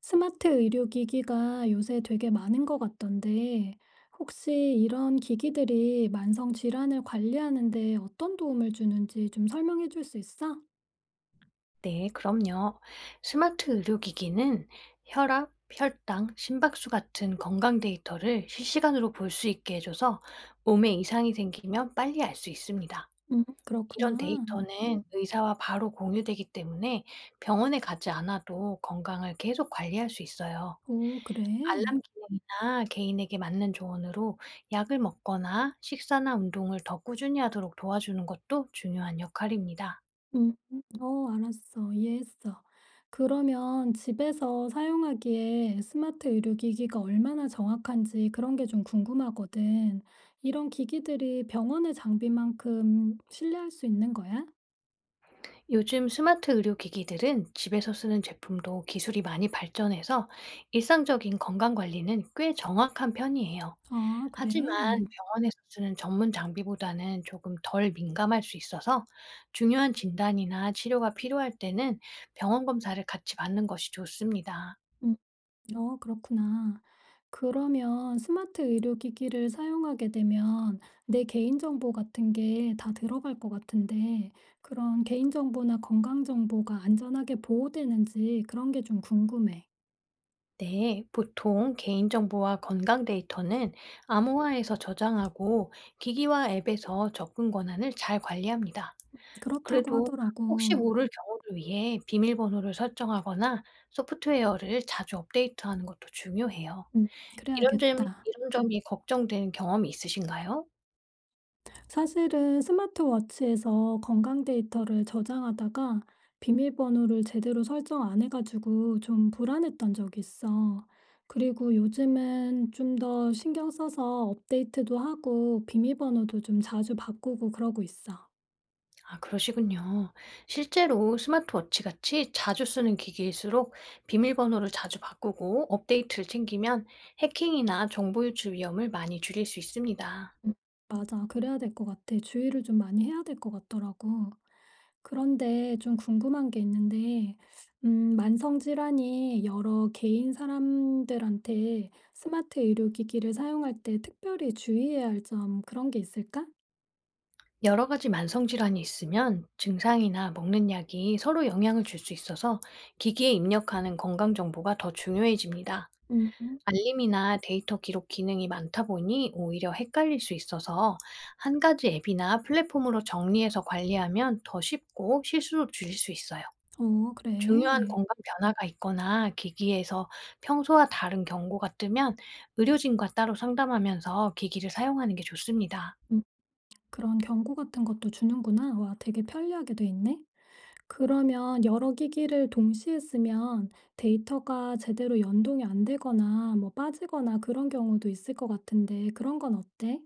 스마트 의료기기가 요새 되게 많은 것 같던데, 혹시 이런 기기들이 만성 질환을 관리하는 데 어떤 도움을 주는지 좀 설명해 줄 수 있어? 네, 그럼요. 스마트 의료기기는 혈압, 혈당, 심박수 같은 건강 데이터를 실시간으로 볼 수 있게 해줘서 몸에 이상이 생기면 빨리 알 수 있습니다. 이런 그렇구나. 데이터는 의사와 바로 공유되기 때문에 병원에 가지 않아도 건강을 계속 관리할 수 있어요. 오, 그래. 알람 기능이나 개인에게 맞는 조언으로 약을 먹거나 식사나 운동을 더 꾸준히 하도록 도와주는 것도 중요한 역할입니다. 어, 알았어. 이해했어. 그러면 집에서 사용하기에 스마트 의료기기가 얼마나 정확한지 그런 게 좀 궁금하거든. 이런 기기들이 병원의 장비만큼 신뢰할 수 있는 거야? 요즘 스마트 의료기기들은 집에서 쓰는 제품도 기술이 많이 발전해서 일상적인 건강 관리는 꽤 정확한 편이에요. 아, 그래. 하지만 병원에서 쓰는 전문 장비보다는 조금 덜 민감할 수 있어서 중요한 진단이나 치료가 필요할 때는 병원 검사를 같이 받는 것이 좋습니다. 음. 어, 그렇구나. 그러면 스마트 의료기기를 사용하게 되면 내 개인정보 같은 게 다 들어갈 것 같은데, 그런 개인정보나 건강정보가 안전하게 보호되는지 그런 게 좀 궁금해. 네, 보통 개인정보와 건강 데이터는 암호화에서 저장하고 기기와 앱에서 접근 권한을 잘 관리합니다. 그렇다고 그래도 혹시 하더라고. 모를 경우를 위해 비밀번호를 설정하거나 소프트웨어를 자주 업데이트하는 것도 중요해요. 음, 이런 점 그래야겠다. 이런 점이 걱정되는 경험이 있으신가요? 사실은 스마트워치에서 건강 데이터를 저장하다가 비밀번호를 제대로 설정 안 해가지고 좀 불안했던 적이 있어. 그리고 요즘은 좀 더 신경 써서 업데이트도 하고 비밀번호도 좀 자주 바꾸고 그러고 있어. 아, 그러시군요. 실제로 스마트워치 같이 자주 쓰는 기기일수록 비밀번호를 자주 바꾸고 업데이트를 챙기면 해킹이나 정보 유출 위험을 많이 줄일 수 있습니다. 음. 맞아. 그래야 될 것 같아. 주의를 좀 많이 해야 될 것 같더라고. 그런데 좀 궁금한 게 있는데 만성 질환이 여러 개인 사람들한테 스마트 의료 기기를 사용할 때 특별히 주의해야 할 점 그런 게 있을까? 여러 가지 만성 질환이 있으면 증상이나 먹는 약이 서로 영향을 줄 수 있어서 기기에 입력하는 건강 정보가 더 중요해집니다. 음. 알림이나 데이터 기록 기능이 많다 보니 오히려 헷갈릴 수 있어서 한 가지 앱이나 플랫폼으로 정리해서 관리하면 더 쉽고 실수도 줄일 수 있어요. 어 중요한 그래. 건강 변화가 있거나 기기에서 평소와 다른 경고가 뜨면 의료진과 따로 상담하면서 기기를 사용하는 게 좋습니다. 음. 그런 경고 같은 것도 주는구나. 와 되게 편리하게 돼 있네. 그러면 여러 기기를 동시에 쓰면 데이터가 제대로 연동이 안 되거나 뭐 빠지거나 그런 경우도 있을 것 같은데 그런 건 어때?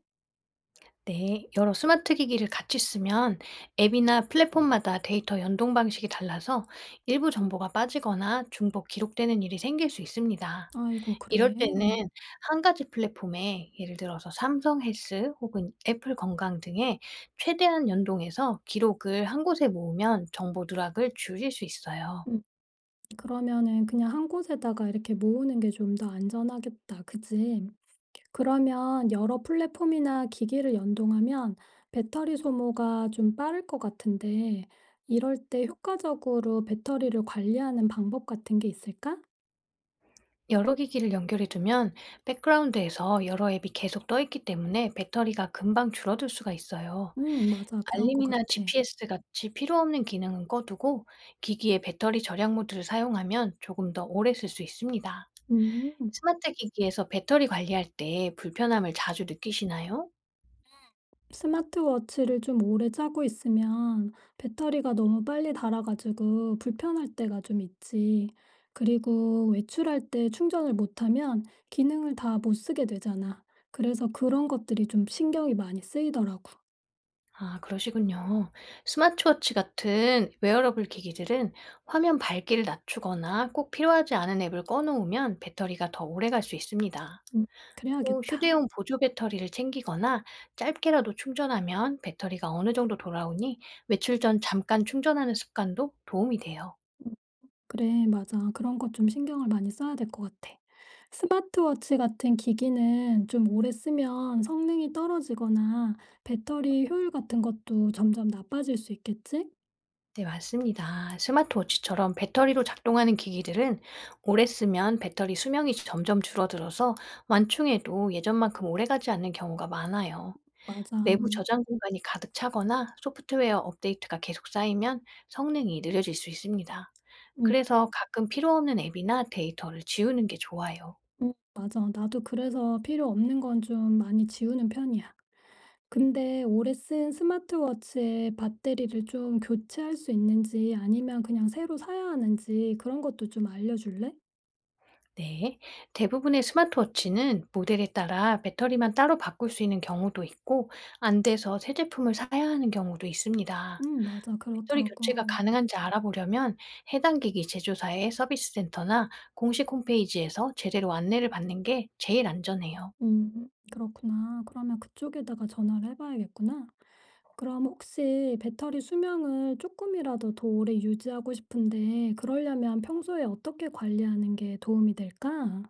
네, 여러 스마트 기기를 같이 쓰면 앱이나 플랫폼마다 데이터 연동 방식이 달라서 일부 정보가 빠지거나 중복 기록되는 일이 생길 수 있습니다. 아이고, 이럴 그래. 때는 한 가지 플랫폼에, 예를 들어서 삼성 헬스 혹은 애플 건강 등에 최대한 연동해서 기록을 한 곳에 모으면 정보 누락을 줄일 수 있어요. 음, 그러면은 그냥 한 곳에다가 이렇게 모으는 게 좀 더 안전하겠다. 그지? 그러면 여러 플랫폼이나 기기를 연동하면 배터리 소모가 좀 빠를 것 같은데 이럴 때 효과적으로 배터리를 관리하는 방법 같은 게 있을까? 여러 기기를 연결해 두면 백그라운드에서 여러 앱이 계속 떠 있기 때문에 배터리가 금방 줄어들 수가 있어요. 맞아. 그런 것 알림이나 같아. GPS 같이 필요 없는 기능은 꺼두고 기기의 배터리 절약 모드를 사용하면 조금 더 오래 쓸 수 있습니다. 음, 스마트 기기에서 배터리 관리할 때 불편함을 자주 느끼시나요? 스마트워치를 좀 오래 차고 있으면 배터리가 너무 빨리 닳아가지고 불편할 때가 좀 있지. 그리고 외출할 때 충전을 못하면 기능을 다 못 쓰게 되잖아. 그래서 그런 것들이 좀 신경이 많이 쓰이더라고. 아, 그러시군요. 스마트워치 같은 웨어러블 기기들은 화면 밝기를 낮추거나 꼭 필요하지 않은 앱을 꺼놓으면 배터리가 더 오래 갈 수 있습니다. 음, 또 그래야겠다. 휴대용 보조 배터리를 챙기거나 짧게라도 충전하면 배터리가 어느 정도 돌아오니 외출 전 잠깐 충전하는 습관도 도움이 돼요. 그래, 맞아. 그런 것 좀 신경을 많이 써야 될 것 같아. 스마트워치 같은 기기는 좀 오래 쓰면 성능이 떨어지거나 배터리 효율 같은 것도 점점 나빠질 수 있겠지? 네, 맞습니다. 스마트워치처럼 배터리로 작동하는 기기들은 오래 쓰면 배터리 수명이 점점 줄어들어서 완충해도 예전만큼 오래가지 않는 경우가 많아요. 맞아. 내부 저장 공간이 가득 차거나 소프트웨어 업데이트가 계속 쌓이면 성능이 느려질 수 있습니다. 음 그래서 가끔 필요 없는 앱이나 데이터를 지우는 게 좋아요. 응 맞아. 나도 그래서 필요 없는 건 좀 많이 지우는 편이야. 근데 오래 쓴 스마트워치의 배터리를 좀 교체할 수 있는지 아니면 그냥 새로 사야 하는지 그런 것도 좀 알려줄래? 네. 대부분의 스마트워치는 모델에 따라 배터리만 따로 바꿀 수 있는 경우도 있고, 안 돼서 새 제품을 사야 하는 경우도 있습니다. 맞아. 배터리 교체가 그렇더라고. 가능한지 알아보려면 해당 기기 제조사의 서비스 센터나 공식 홈페이지에서 제대로 안내를 받는 게 제일 안전해요. 그렇구나. 그러면 그쪽에다가 전화를 해 봐야겠구나. 그럼 혹시 배터리 수명을 조금이라도 더 오래 유지하고 싶은데 그러려면 평소에 어떻게 관리하는 게 도움이 될까?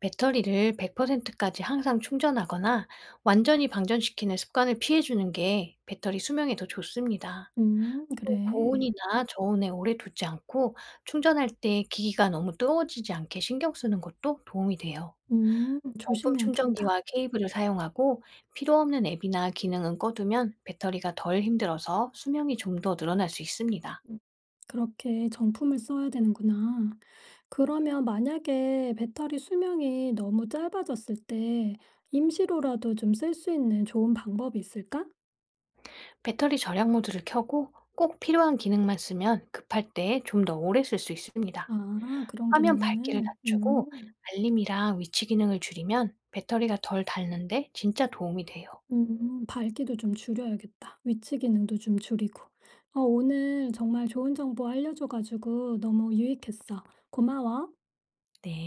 배터리를 100%까지 항상 충전하거나 완전히 방전시키는 습관을 피해주는 게 배터리 수명에 더 좋습니다. 또 그래. 고온이나 저온에 오래 두지 않고 충전할 때 기기가 너무 뜨거워지지 않게 신경 쓰는 것도 도움이 돼요. 정품 조심해야겠다. 충전기와 케이블을 사용하고 필요 없는 앱이나 기능은 꺼두면 배터리가 덜 힘들어서 수명이 좀 더 늘어날 수 있습니다. 음 그렇게 정품을 써야 되는구나. 그러면 만약에 배터리 수명이 너무 짧아졌을 때 임시로라도 좀 쓸 수 있는 좋은 방법이 있을까? 배터리 절약 모드를 켜고 꼭 필요한 기능만 쓰면 급할 때 좀 더 오래 쓸 수 있습니다. 아 그런 화면 밝기를 기능을. 낮추고 음. 알림이랑 위치 기능을 줄이면 배터리가 덜 닳는데 진짜 도움이 돼요. 밝기도 좀 줄여야겠다. 위치 기능도 좀 줄이고. 오늘 정말 좋은 정보 알려줘 가지고 너무 유익했어. 고마워. 네.